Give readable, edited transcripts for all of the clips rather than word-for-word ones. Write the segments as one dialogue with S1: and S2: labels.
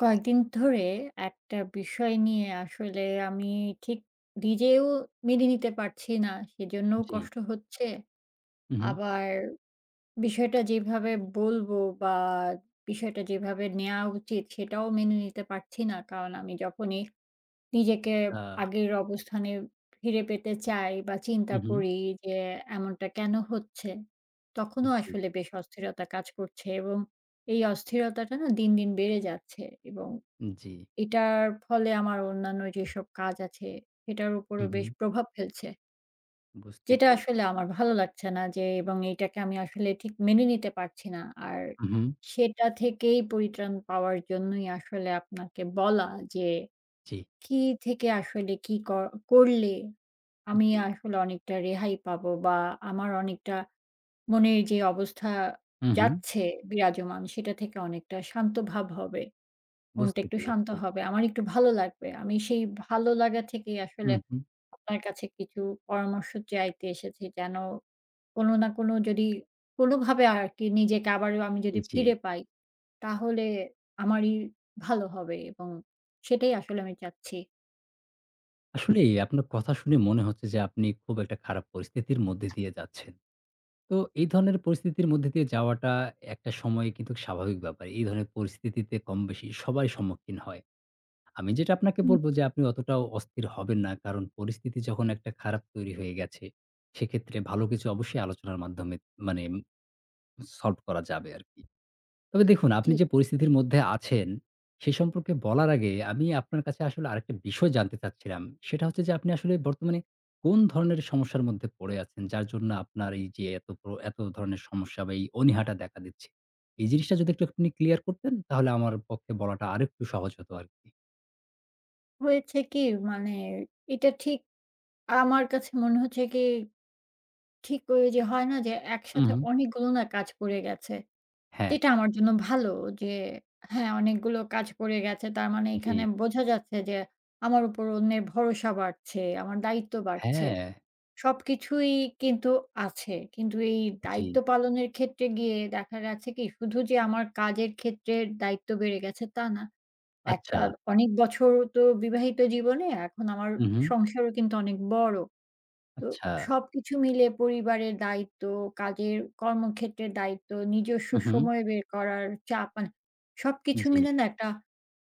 S1: কয়েকদিন ধরে একটা বিষয় নিয়ে আসলে আমি ঠিক নিজেও মেনে নিতে পারছি না। সেজন্যও
S2: জি।
S1: কষ্ট হচ্ছে।
S2: উহু।
S1: আবার বিষয়টা যেভাবে বলবো বা বিষয়টা যেভাবে নেয়া উচিত সেটাও মেনে নিতে পারছি না। কারণ আমি যখনই নিজেকে
S2: আচ্ছা।
S1: আগের অবস্থানে ফিরে পেতে চাই বা চিন্তা
S2: উহু।
S1: করি যে এমনটা কেন হচ্ছে? তখনও
S2: জি,
S1: আসলে বেশ অস্থিরতা কাজ করছে এবং এই অস্থিরতাটা না দিন, দিন বেড়ে যাচ্ছে এবং
S2: জি।
S1: এটার ফলে আমার অন্যান্য যেসব কাজ আছে সেটার উপরও
S2: উহু।
S1: বেশ প্রভাব ফেলছে।
S2: বুঝতে
S1: যেটা
S2: পেরেছি।
S1: আসলে আমার ভালো লাগছে না যে এবং এটাকে আমি আসলে ঠিক মেনে নিতে পারছি না। আর
S2: উহু।
S1: সেটা থেকেই পরিত্রাণ পাওয়ার জন্যই আসলে আপনাকে বলা যে
S2: জি,
S1: কি থেকে আসলে কি করলে আমি
S2: জি।
S1: আসলে অনেকটা রেহাই পাবো বা আমার অনেকটা মনের যে অবস্থা
S2: উহু।
S1: যাচ্ছে বিরাজমান সেটা থেকে অনেকটা শান্ত ভাব হবে। মনটা
S2: বুঝতে
S1: একটু শান্ত
S2: পেরেছি।
S1: হবে। আমার একটু ভালো লাগবে। আমি সেই ভালো লাগা থেকেই আসলে
S2: উহু।
S1: আপনার কাছে কিছু পরামর্শ চাইতে এসেছি। যেন কোনো না কোনো যদি কোনোভাবে আরকি নিজেকে আবারও আমি যদি
S2: জি।
S1: ফিরে পাই, তাহলে আমারই ভালো হবে এবং সেটাই আসলে আমি চাচ্ছি।
S2: আসলেই আপনার কথা শুনে মনে হচ্ছে যে আপনি খুব একটা খারাপ পরিস্থিতির মধ্যে দিয়ে যাচ্ছেন। তো এই ধরনের পরিস্থিতির মধ্যে দিয়ে যাওয়াটা একটা সময়ে কিন্তু স্বাভাবিক ব্যাপার। এই ধরনের পরিস্থিতিতে কমবেশি সবাই সম্মুখীন হয়। আমি যেটা আপনাকে
S1: হুম।
S2: বলব যে আপনি অতটাও অস্থির হবেন না। কারণ পরিস্থিতি যখন একটা খারাপ তৈরি হয়ে গেছে, সেক্ষেত্রে ভালো কিছু অবশ্যই আলোচনার মাধ্যমে মানে সলভ করা যাবে আরকি। তবে দেখুন আপনি
S1: ঠিক
S2: যে পরিস্থিতির মধ্যে আছেন, সে সম্পর্কে বলার আগে আমি আপনার কাছে আসলে আরেকটা বিষয় জানতে চাচ্ছিলাম। সেটা হচ্ছে যে আপনি আসলে বর্তমানে কোন ধরনের সমস্যার মধ্যে পড়ে আছেন? যার জন্য আপনার এই যে এত এত ধরনের সমস্যা বা এই অনীহাটা দেখা দিচ্ছে। এই জিনিসটা যদি একটু আপনি ক্লিয়ার করতেন তাহলে আমার পক্ষে বলাটা আরেকটু সহজ হতো আরকি।
S1: হয়েছে কি মানে এটা ঠিক আমার কাছে মনে হচ্ছে কি ঠিক ওই যে হয় না যে
S2: হু,
S1: একসাথে
S2: হু।
S1: অনেকগুলো না কাজ পড়ে গেছে।
S2: হ্যাঁ।
S1: যেটা আমার জন্য ভালো যে হ্যাঁ, অনেকগুলো কাজ পড়ে গেছে। তার মানে
S2: জি।
S1: এখানে বোঝা যাচ্ছে যে আমার উপর অন্যের ভরসা বাড়ছে, আমার দায়িত্ব বাড়ছে।
S2: হ্যাঁ,
S1: সবকিছুই কিন্তু আছে। কিন্তু এই
S2: জি।
S1: দায়িত্ব পালনের ক্ষেত্রে গিয়ে দেখা গেছে কি শুধু যে আমার কাজের ক্ষেত্রে দায়িত্ব বেড়ে গেছে তা না।
S2: আচ্ছা।
S1: একটা অনেক বছর তো বিবাহিত জীবনে, এখন আমার
S2: হু, হু।
S1: সংসারও কিন্তু অনেক বড়। তো
S2: আচ্ছা।
S1: সবকিছু মিলে পরিবারের দায়িত্ব, কাজের কর্মক্ষেত্রের দায়িত্ব, নিজস্ব
S2: হু, হু।
S1: সময় বের করার চাপ মানে সবকিছু
S2: জি।
S1: মিলে না একটা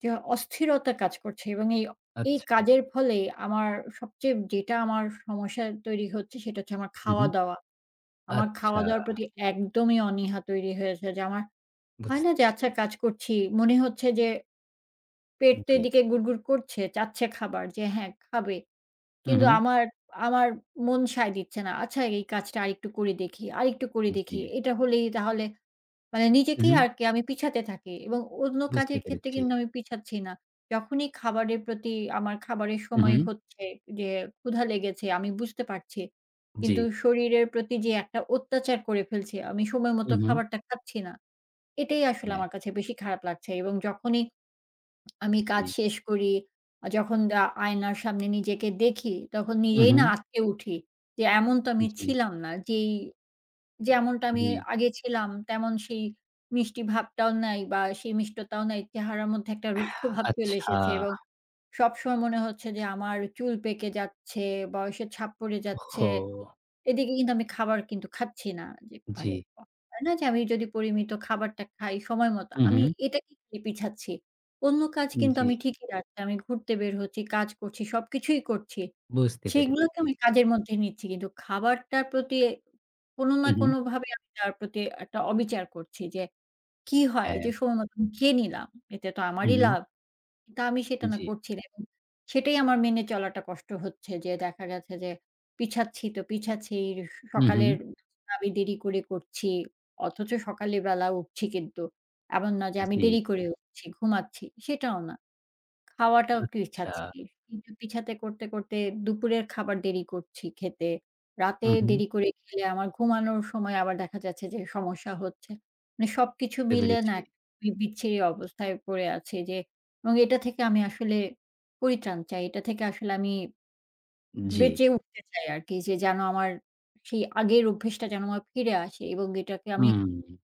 S1: যে অস্থিরতা কাজ করছে এবং এই এই
S2: আচ্ছা।
S1: কাজের ফলে আমার সবচেয়ে যেটা আমার সমস্যা তৈরি হচ্ছে সেটা হচ্ছে আমার
S2: হু, হু।
S1: খাওয়া-দাওয়া। আমার
S2: আচ্ছা।
S1: খাওয়া-দাওয়ার প্রতি একদমই অনীহা তৈরি হয়েছে যে আমার হয়
S2: বুঝতে
S1: না যে
S2: পেরেছি।
S1: আচ্ছা কাজ করছি, মনে হচ্ছে যে পেট তো
S2: জি।
S1: এদিকে গুড়গুড় করছে, চাচ্ছে খাবার যে হ্যাঁ, খাবে।
S2: হু,
S1: কিন্তু
S2: হু।
S1: আমার, আমার মন সায় দিচ্ছে না। আচ্ছা এই কাজটা আরেকটু করে দেখি, আরেকটু করে দেখি।
S2: জি।
S1: এটা হলেই তাহলে মানে
S2: হু,
S1: নিজেকেই
S2: হু।
S1: আর কি আমি পিছাতে থাকি এবং অন্য
S2: বুঝতে
S1: কাজের ক্ষেত্রে
S2: পেরেছি।
S1: কিন্তু আমি পিছাচ্ছি না। যখনই খাবারের প্রতি আমার খাবারের
S2: হু, হু।
S1: সময় হচ্ছে যে ক্ষুধা লেগেছে আমি বুঝতে পারছি।
S2: জি।
S1: কিন্তু শরীরের প্রতি যে একটা অত্যাচার করে ফেলছে আমি সময়
S2: হু,
S1: মতো
S2: হু।
S1: খাবারটা খাচ্ছি না। এটাই আসলে
S2: হ্যাঁ।
S1: আমার কাছে বেশি খারাপ লাগছে এবং যখনই আমি
S2: জি।
S1: কাজ শেষ করি। যখন আয়নার সামনে নিজেকে দেখি, তখন
S2: হু,
S1: নিজেই
S2: হু।
S1: না আঁতকে উঠি। যে এমন তো আমি
S2: জি,
S1: ছিলাম না। যেমনটা আমি
S2: জি।
S1: আগে ছিলাম, তেমন সেই মিষ্টি ভাবটাও নাই বা সেই মিষ্টতাও নাই। চেহারার মধ্যে একটা রুক্ষ ভাব চলে
S2: আচ্ছা।
S1: এসেছে এবং সবসময় মনে হচ্ছে যে আমার চুল পেকে যাচ্ছে, বয়সের ছাপ পড়ে যাচ্ছে।
S2: ওহহো!
S1: এদিকে কিন্তু আমি খাবার কিন্তু খাচ্ছি না। যে
S2: জি।
S1: আরে বাহ! হয় না যে আমি যদি পরিমিত খাবারটা খাই সময় মতো,
S2: হু, হু।
S1: আমি এটাকে খালি পিছাচ্ছি। অন্য কাজ কিন্তু
S2: জি।
S1: আমি ঠিকই রাখছি। আমি ঘুরতে বের হচ্ছি, কাজ করছি, সবকিছুই করছি।
S2: বুঝতে পেরেছি।
S1: সেগুলোকে আমি কাজের মধ্যে নিচ্ছি। কিন্তু খাবারটার প্রতি কোনো না
S2: হু, হু।
S1: কোনোভাবে আমি তার প্রতি একটা অবিচার করছি যে, কি হয়
S2: হ্যাঁ।
S1: যে সময় মতো আমি খেয়ে নিলাম। এতে তো
S2: হু,
S1: আমারই
S2: হু।
S1: লাভ। কিন্তু আমি সেটা না
S2: জি।
S1: করছি না এবং সেটাই আমার মেনে চলাটা কষ্ট হচ্ছে যে দেখা গেছে যে পিছাচ্ছি তো পিছাচ্ছি।
S2: হু, হু।
S1: সকালের নাস্তা আমি দেরি করে করছি। অথচ সকালে বেলা উঠছি কিন্তু। এমন না যে আমি
S2: জি।
S1: দেরি করে উঠছি, ঘুমাচ্ছি। সেটাও না। খাওয়াটাও
S2: আচ্ছা।
S1: পিছাচ্ছি। আচ্ছা। কিন্তু পিছাতে করতে, করতে দুপুরের খাবার দেরি করছি খেতে। রাতে
S2: হু, হু।
S1: দেরি করে খেলে আমার ঘুমানোর সময় আবার দেখা যাচ্ছে যে সমস্যা হচ্ছে। মানে সবকিছু
S2: বুঝতে
S1: মিলে না
S2: পেরেছি।
S1: এক বিচ্ছিরি অবস্থায় পড়ে আছি যে এবং এটা থেকে আমি আসলে পরিত্রাণ চাই। এটা থেকে আসলে আমি
S2: জি।
S1: বেঁচে উঠতে চাই আরকি যে যেন আমার সেই আগের অভ্যেসটা যেন আমার ফিরে আসে এবং এটাকে আমি
S2: হুম।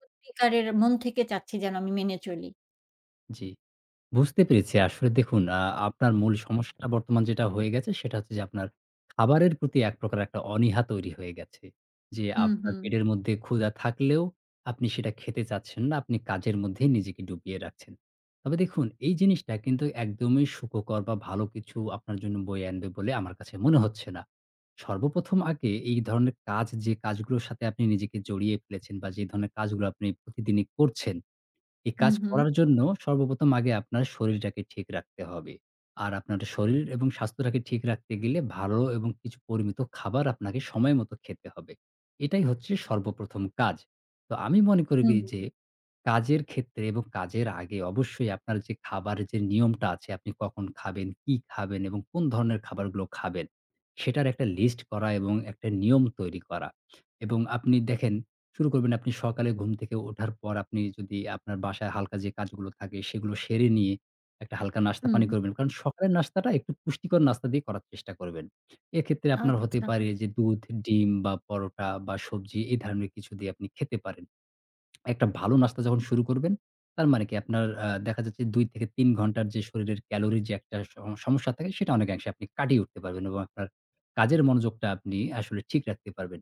S1: সত্যিকারের মন থেকে চাচ্ছি যেন আমি মেনে চলি।
S2: জি, বুঝতে পেরেছি। আসলে দেখুন আপনার মূল সমস্যাটা বর্তমান যেটা হয়ে গেছে সেটা হচ্ছে যে আপনার খাবারের প্রতি এক প্রকার একটা অনীহা তৈরি হয়ে গেছে। যে
S1: হুম,
S2: আপনার
S1: হুম।
S2: পেটের মধ্যে ক্ষুধা থাকলেও আপনি সেটা খেতে চাচ্ছেন না। আপনি কাজের মধ্যেই নিজেকে ডুবিয়ে রাখছেন। তবে দেখুন এই জিনিসটা কিন্তু একদমই সুখকর বা ভালো কিছু আপনার জন্য বয়ে আনবে বলে আমার কাছে মনে হচ্ছে না। সর্বপ্রথম আগে এই ধরনের কাজ যে কাজগুলোর সাথে আপনি নিজেকে জড়িয়ে ফেলেছেন বা যে ধরনের কাজগুলো আপনি প্রতিদিনই করছেন এই
S1: হুম,
S2: কাজ
S1: হুম।
S2: করার জন্য সর্বপ্রথম আগে আপনার শরীরটাকে ঠিক রাখতে হবে। আর আপনার শরীর এবং স্বাস্থ্যটাকে ঠিক রাখতে গেলে ভালো এবং কিছু পরিমিত খাবার আপনাকে সময় মতো খেতে হবে। এটাই হচ্ছে সর্বপ্রথম কাজ। তো আমি মনে করি
S1: হুম,
S2: কি যে কাজের ক্ষেত্রে এবং কাজের আগে অবশ্যই আপনার যে খাবারের যে নিয়মটা আছে আপনি কখন খাবেন, কি খাবেন এবং কোন ধরনের খাবারগুলো খাবেন সেটার একটা লিস্ট করা এবং একটা নিয়ম তৈরি করা। এবং আপনি দেখেন শুরু করবেন আপনি সকালে ঘুম থেকে ওঠার পর আপনি যদি আপনার বাসায় হালকা যে কাজগুলো থাকে সেগুলো সেরে নিয়ে একটা হালকা নাস্তা
S1: হুম।
S2: পানি করবেন। কারণ সকালের নাস্তাটা একটু পুষ্টিকর নাস্তা দিয়ে করার চেষ্টা করবেন। এক্ষেত্রে আপনার হতে
S1: আচ্ছা।
S2: পারে যে দুধ, ডিম বা পরোটা বা সবজি এই ধরনের কিছু দিয়ে আপনি খেতে পারেন। একটা ভালো নাস্তা যখন শুরু করবেন তার মানে কি আপনার দেখা যাচ্ছে ২-৩ ঘন্টার যে শরীরের ক্যালোরি যে একটা সমস্যা থাকে সেটা অনেকাংশে আপনি কাটিয়ে উঠতে পারবেন এবং আপনার কাজের মনোযোগটা আপনি আসলে ঠিক রাখতে পারবেন।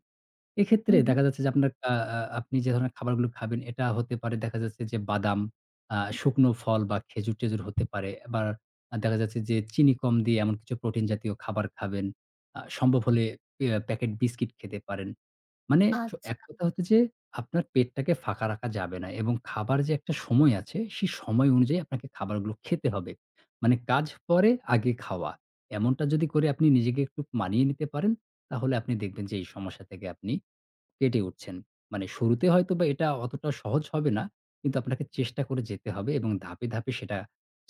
S2: এক্ষেত্রে
S1: হুম, হুম।
S2: দেখা যাচ্ছে যে আপনার আ আ আপনি যে ধরনের খাবারগুলো খাবেন এটা হতে পারে দেখা যাচ্ছে যে বাদাম, শুকনো ফল বা খেজুর-টেজুর হতে পারে। আবার দেখা যাচ্ছে যে চিনি কম দিয়ে এমন কিছু প্রোটিন জাতীয় খাবার খাবেন। সম্ভব হলে ইয়া প্যাকেট বিস্কিট খেতে পারেন। মানে
S1: আচ্ছা,
S2: এক কথা হচ্ছে যে আপনার পেটটাকে ফাঁকা রাখা যাবে না এবং খাবার যে একটা সময় আছে, সেই সময় অনুযায়ী আপনাকে খাবারগুলো খেতে হবে। মানে কাজ পরে, আগে খাওয়া। এমনটা যদি করে আপনি নিজেকে একটু মানিয়ে নিতে পারেন, তাহলে আপনি দেখবেন যে এই সমস্যা থেকে আপনি পেটে উঠছেন। মানে শুরুতে হয়তোবা এটা অতটা সহজ হবে না। কিন্তু আপনাকে চেষ্টা করে যেতে হবে এবং ধাপে, ধাপে সেটা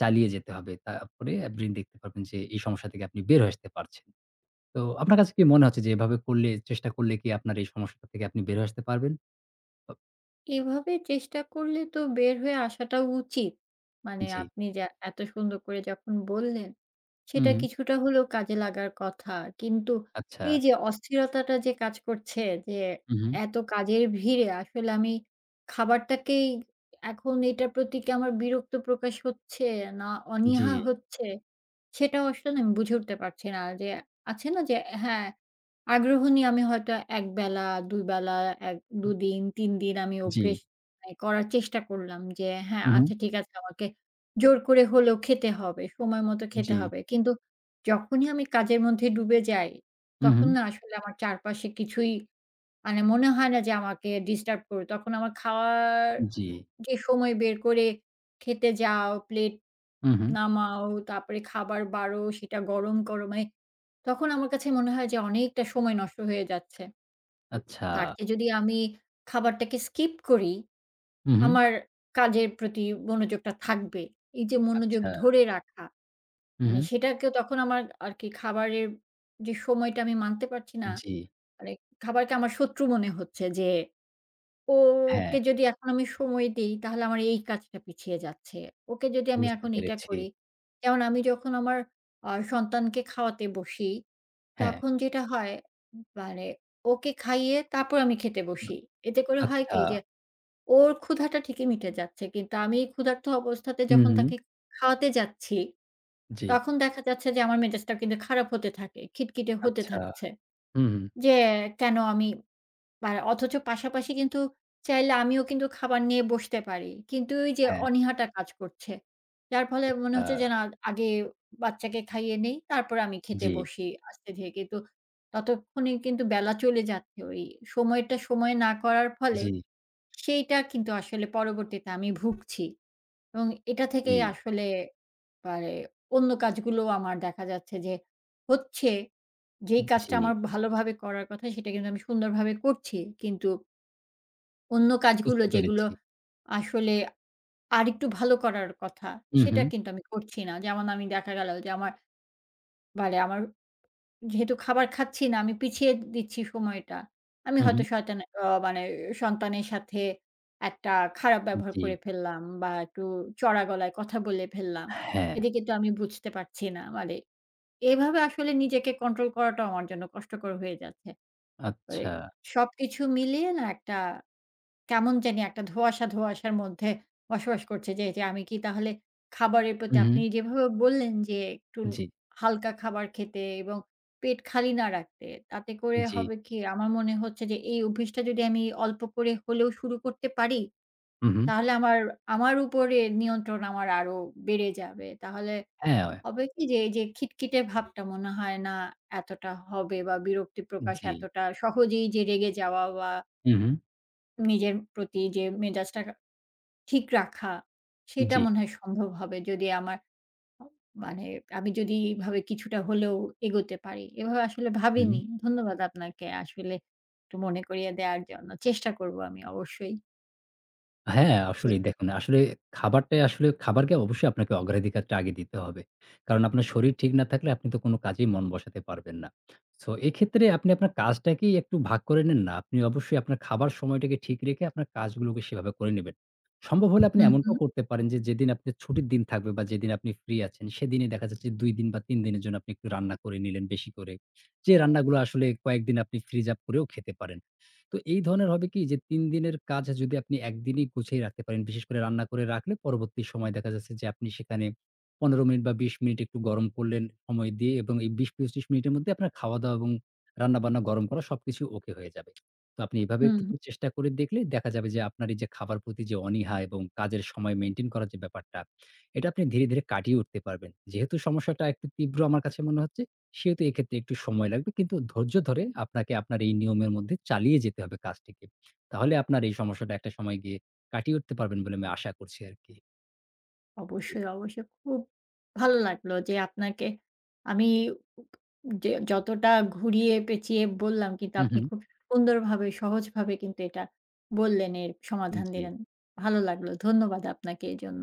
S2: চালিয়ে যেতে হবে। তারপরে আপনি দেখতে পারবেন যে এই সমস্যা থেকে আপনি বের হয়ে আসতে পারছেন। তো আপনার কাছে কি মনে হচ্ছে যে এভাবে করলে চেষ্টা করলে কি আপনার এই সমস্যাটা থেকে আপনি বের হয়ে আসতে পারবেন? অ
S1: এভাবে চেষ্টা করলে তো বের হয়ে আসাটা উচিত। মানে
S2: জি।
S1: আপনি যে এত সুন্দর করে যখন বললেন
S2: হু,
S1: সেটা
S2: হু।
S1: কিছুটা হলেও কাজে লাগার কথা। কিন্তু
S2: আচ্ছা।
S1: এই যে অস্থিরতাটা যে কাজ করছে যে
S2: হু, হু।
S1: এত কাজের ভিড়ে আসলে আমি খাবারটাকেই এখন এটার প্রতি কি আমার বিরক্ত প্রকাশ হচ্ছে না
S2: জি।
S1: অনীহা হচ্ছে সেটাও আসলে না আমি বুঝে উঠতে পারছি না। যে আছে না যে হ্যাঁ, আগ্রহ নিয়ে আমি হয়তো ১ বেলা, ২ বেলা, এক ২ দিন, ৩ দিন আমি
S2: জি।
S1: অভ্যেস মানে করার চেষ্টা করলাম যে হ্যাঁ,
S2: হু, হু।
S1: আচ্ছা ঠিক আছে আমাকে জোর করে হলেও খেতে হবে, সময় মতো খেতে
S2: জি।
S1: হবে। কিন্তু যখনই আমি কাজের মধ্যে ডুবে যাই,
S2: হু, হু।
S1: তখন না আসলে আমার চারপাশে কিছুই মানে মনে হয় না যে আমাকে ডিস্টার্ব করবে। তখন আমার খাওয়ার
S2: জি।
S1: যে সময় বের করে খেতে যাও, প্লেট
S2: হু, হু।
S1: নামাও, তারপরে খাবার বাড়ো, সেটা গরম গরমে তখন আমার কাছে মনে হয় যে অনেকটা সময় নষ্ট হয়ে যাচ্ছে।
S2: আচ্ছা।
S1: তার চেয়ে যদি আমি খাবারটাকে স্কিপ করি,
S2: হু, হু।
S1: আমার কাজের প্রতি মনোযোগটা থাকবে। এই যে মনোযোগ
S2: আচ্ছা।
S1: ধরে রাখা
S2: হু, হু।
S1: মানে সেটাকেও তখন আমার আরকি খাবারের যে সময়টা আমি মানতে পারছি না,
S2: জি।
S1: মানে খাবারকে আমার শত্রু মনে হচ্ছে যে,
S2: হ্যাঁ,
S1: ওকে যদি এখন আমি সময় দেই তাহলে আমার এই কাজটা পিছিয়ে যাচ্ছে। ওকে যদি আমি
S2: বুঝতে
S1: এখন এটা
S2: পেরেছি।
S1: করি, যেমন আমি যখন আমার সন্তানকে খাওয়াতে বসি,
S2: হ্যাঁ।
S1: তখন যেটা হয় মানে ওকে খাইয়ে তারপর আমি খেতে বসি। এতে করে হয়
S2: আচ্ছা।
S1: কি যে ওর ক্ষুধাটা ঠিকই মিটে যাচ্ছে। কিন্তু আমি ক্ষুধার্ত অবস্থাতে
S2: হুম,
S1: যখন
S2: হুম।
S1: তাকে খাওয়াতে যাচ্ছি
S2: জি।
S1: তখন দেখা যাচ্ছে যে আমার মেজাজটা কিন্তু খারাপ হতে থাকে। খিটখিটে হতে
S2: আচ্ছা।
S1: থাকছে।
S2: হুম, হুম।
S1: যে কেন আমি বা অথচ পাশাপাশি কিন্তু চাইলে আমিও কিন্তু খাবার নিয়ে বসতে পারি। কিন্তু ওই যে
S2: হ্যাঁ,
S1: অনীহাটা কাজ করছে। যার ফলে মনে
S2: আচ্ছা।
S1: হচ্ছে যে না আগে বাচ্চাকে খাইয়ে নেই, তারপরে আমি খেতে
S2: জি,
S1: বসি আস্তে ধীরে। কিন্তু ততক্ষণে কিন্তু বেলা চলে যাচ্ছে। ওই সময়টা সময় না করার ফলে
S2: জি,
S1: সেইটা কিন্তু আসলে পরবর্তীতে আমি ভুগছি। এবং এটা
S2: জি,
S1: থেকেই আসলে মানে অন্য কাজগুলো আমার দেখা যাচ্ছে যে হচ্ছে। যেই কাজটা
S2: জি।
S1: আমার ভালোভাবে করার কথা সেটা কিন্তু আমি সুন্দরভাবে করছি। কিন্তু অন্য কাজগুলো
S2: বুঝতে
S1: যেগুলো
S2: পেরেছি।
S1: আসলে আরেকটু ভালো করার কথা
S2: হুম,
S1: সেটা
S2: হুম,
S1: কিন্তু আমি করছি না। যেমন আমি দেখা গেল যে আমার মানে আমার যেহেতু খাবার খাচ্ছি না, আমি পিছিয়ে দিচ্ছি সময়টা। আমি
S2: হুম,
S1: হয়তো
S2: হুম।
S1: শয়তানের অ মানে সন্তানের সাথে একটা খারাপ ব্যবহার
S2: জি।
S1: করে ফেললাম বা একটু চড়া গলায় কথা বলে ফেললাম।
S2: হ্যাঁ,
S1: এটা কিন্তু আমি বুঝতে পারছি না। মানে এভাবে আসলে নিজেকে কন্ট্রোল করাটাও আমার জন্য কষ্টকর হয়ে যাচ্ছে। মানে
S2: আচ্ছা।
S1: সবকিছু মিলিয়ে না একটা কেমন জানি একটা ধোঁয়াশার মধ্যে বসবাস করছে যে, যে আমি কি তাহলে খাবারের প্রতি
S2: হুম, হুম।
S1: আপনি যেভাবে বললেন যে একটু
S2: জি,
S1: হালকা খাবার খেতে এবং পেট খালি না রাখতে, তাতে করে
S2: জি।
S1: হবে কি আমার মনে হচ্ছে যে এই অভ্যাসটা যদি আমি অল্প করে হলেও শুরু করতে পারি,
S2: হুম, হুম।
S1: তাহলে আমার আমার উপরে নিয়ন্ত্রণ আমার আরো বেড়ে যাবে। তাহলে
S2: হ্যাঁ,
S1: হবে কি যে এই যে খিটখিটে ভাবটা মনে হয় না এতটা হবে বা বিরক্তি প্রকাশ
S2: জি।
S1: এতটা সহজেই যে রেগে যাওয়া বা
S2: হুম, হুম।
S1: নিজের প্রতি যে মেজাজটা ঠিক রাখা, সেটা
S2: জি।
S1: মনে হয় সম্ভব হবে যদি আমার অ মানে আমি যদি এইভাবে কিছুটা হলেও এগোতে পারি। এভাবে আসলে
S2: হুম।
S1: ভাবিনি। ধন্যবাদ আপনাকে আসলে একটু মনে করিয়ে দেওয়ার জন্য। চেষ্টা করব আমি অবশ্যই।
S2: হ্যাঁ,
S1: সে
S2: আসলেই দেখুন, আসলে খাবারটাই আসলে খাবারকে অবশ্যই আপনাকে অগ্রাধিকারটা আগে দিতে হবে। কারণ আপনার শরীর ঠিক না থাকলে আপনি তো কোনো কাজেই মন বসাতে পারবেন না। সো এক্ষেত্রে আপনি আপনার কাজটাকেই একটু ভাগ করে নেন না। আপনি অবশ্যই আপনার খাবার সময়টাকে ঠিক রেখে আপনার কাজগুলোকে সেভাবে করে নিবেন। সম্ভব হলে আপনি
S1: হুম, হুম,
S2: এমনটাও করতে পারেন যে, যেদিন আপনি ছুটির দিন থাকবে বা যেদিন আপনি ফ্রি আছেন, সেদিনই দেখা যাচ্ছে ২ দিন বা ৩ দিনের জন্য আপনি একটু রান্না করে নিলেন বেশি করে। যে রান্নাগুলো আসলে কয়েকদিন আপনি ফ্রিজ আপ করেও খেতে পারেন। তো এই ধরনের হবে কি যে ৩ দিনের কাজ যদি আপনি একদিনেই গুছিয়ে রাখতে পারেন, বিশেষ করে রান্না করে রাখলে পরবর্তী সময় দেখা যাচ্ছে যে আপনি সেখানে ১৫ মিনিট বা ২০ মিনিট একটু গরম করলেন সময় দিয়ে এবং এই ২০-২৫ মিনিটের মধ্যে আপনার খাওয়া-দাওয়া এবং রান্না-বান্না, গরম করা সবকিছু ওকে হয়ে যাবে। তো আপনি এভাবে
S1: হুম।
S2: একটু করে চেষ্টা করে দেখলে দেখা যাবে যে আপনার এই যে খাবার প্রতি যে অনীহা এবং কাজের সময় মেইনটেইন করার যে ব্যাপারটা, এটা আপনি ধীরে, ধীরে কাটিয়ে উঠতে পারবেন। যেহেতু সমস্যাটা একটু তীব্র আমার কাছে মনে হচ্ছে সেহেতু এক্ষেত্রে একটু সময় লাগবে। কিন্তু ধৈর্য ধরে আপনাকে আপনার এই নিয়মের মধ্যে চালিয়ে যেতে হবে কাজটিকে। তাহলে আপনার এই সমস্যাটা একটা সময় গিয়ে কাটিয়ে উঠতে পারবেন বলে আমি আশা করছি আরকি। জি।
S1: অবশ্যই, অবশ্যই। খুব ভালো লাগলো যে আপনাকে আমি যে যতটা ঘুরিয়ে পেঁচিয়ে বললাম কিন্তু
S2: হু,
S1: আপনি
S2: হু।
S1: খুব সুন্দরভাবে সহজভাবে কিন্তু এটা বললেন, এর সমাধান
S2: জি।
S1: দিলেন। ভালো লাগলো। ধন্যবাদ আপনাকে এজন্য।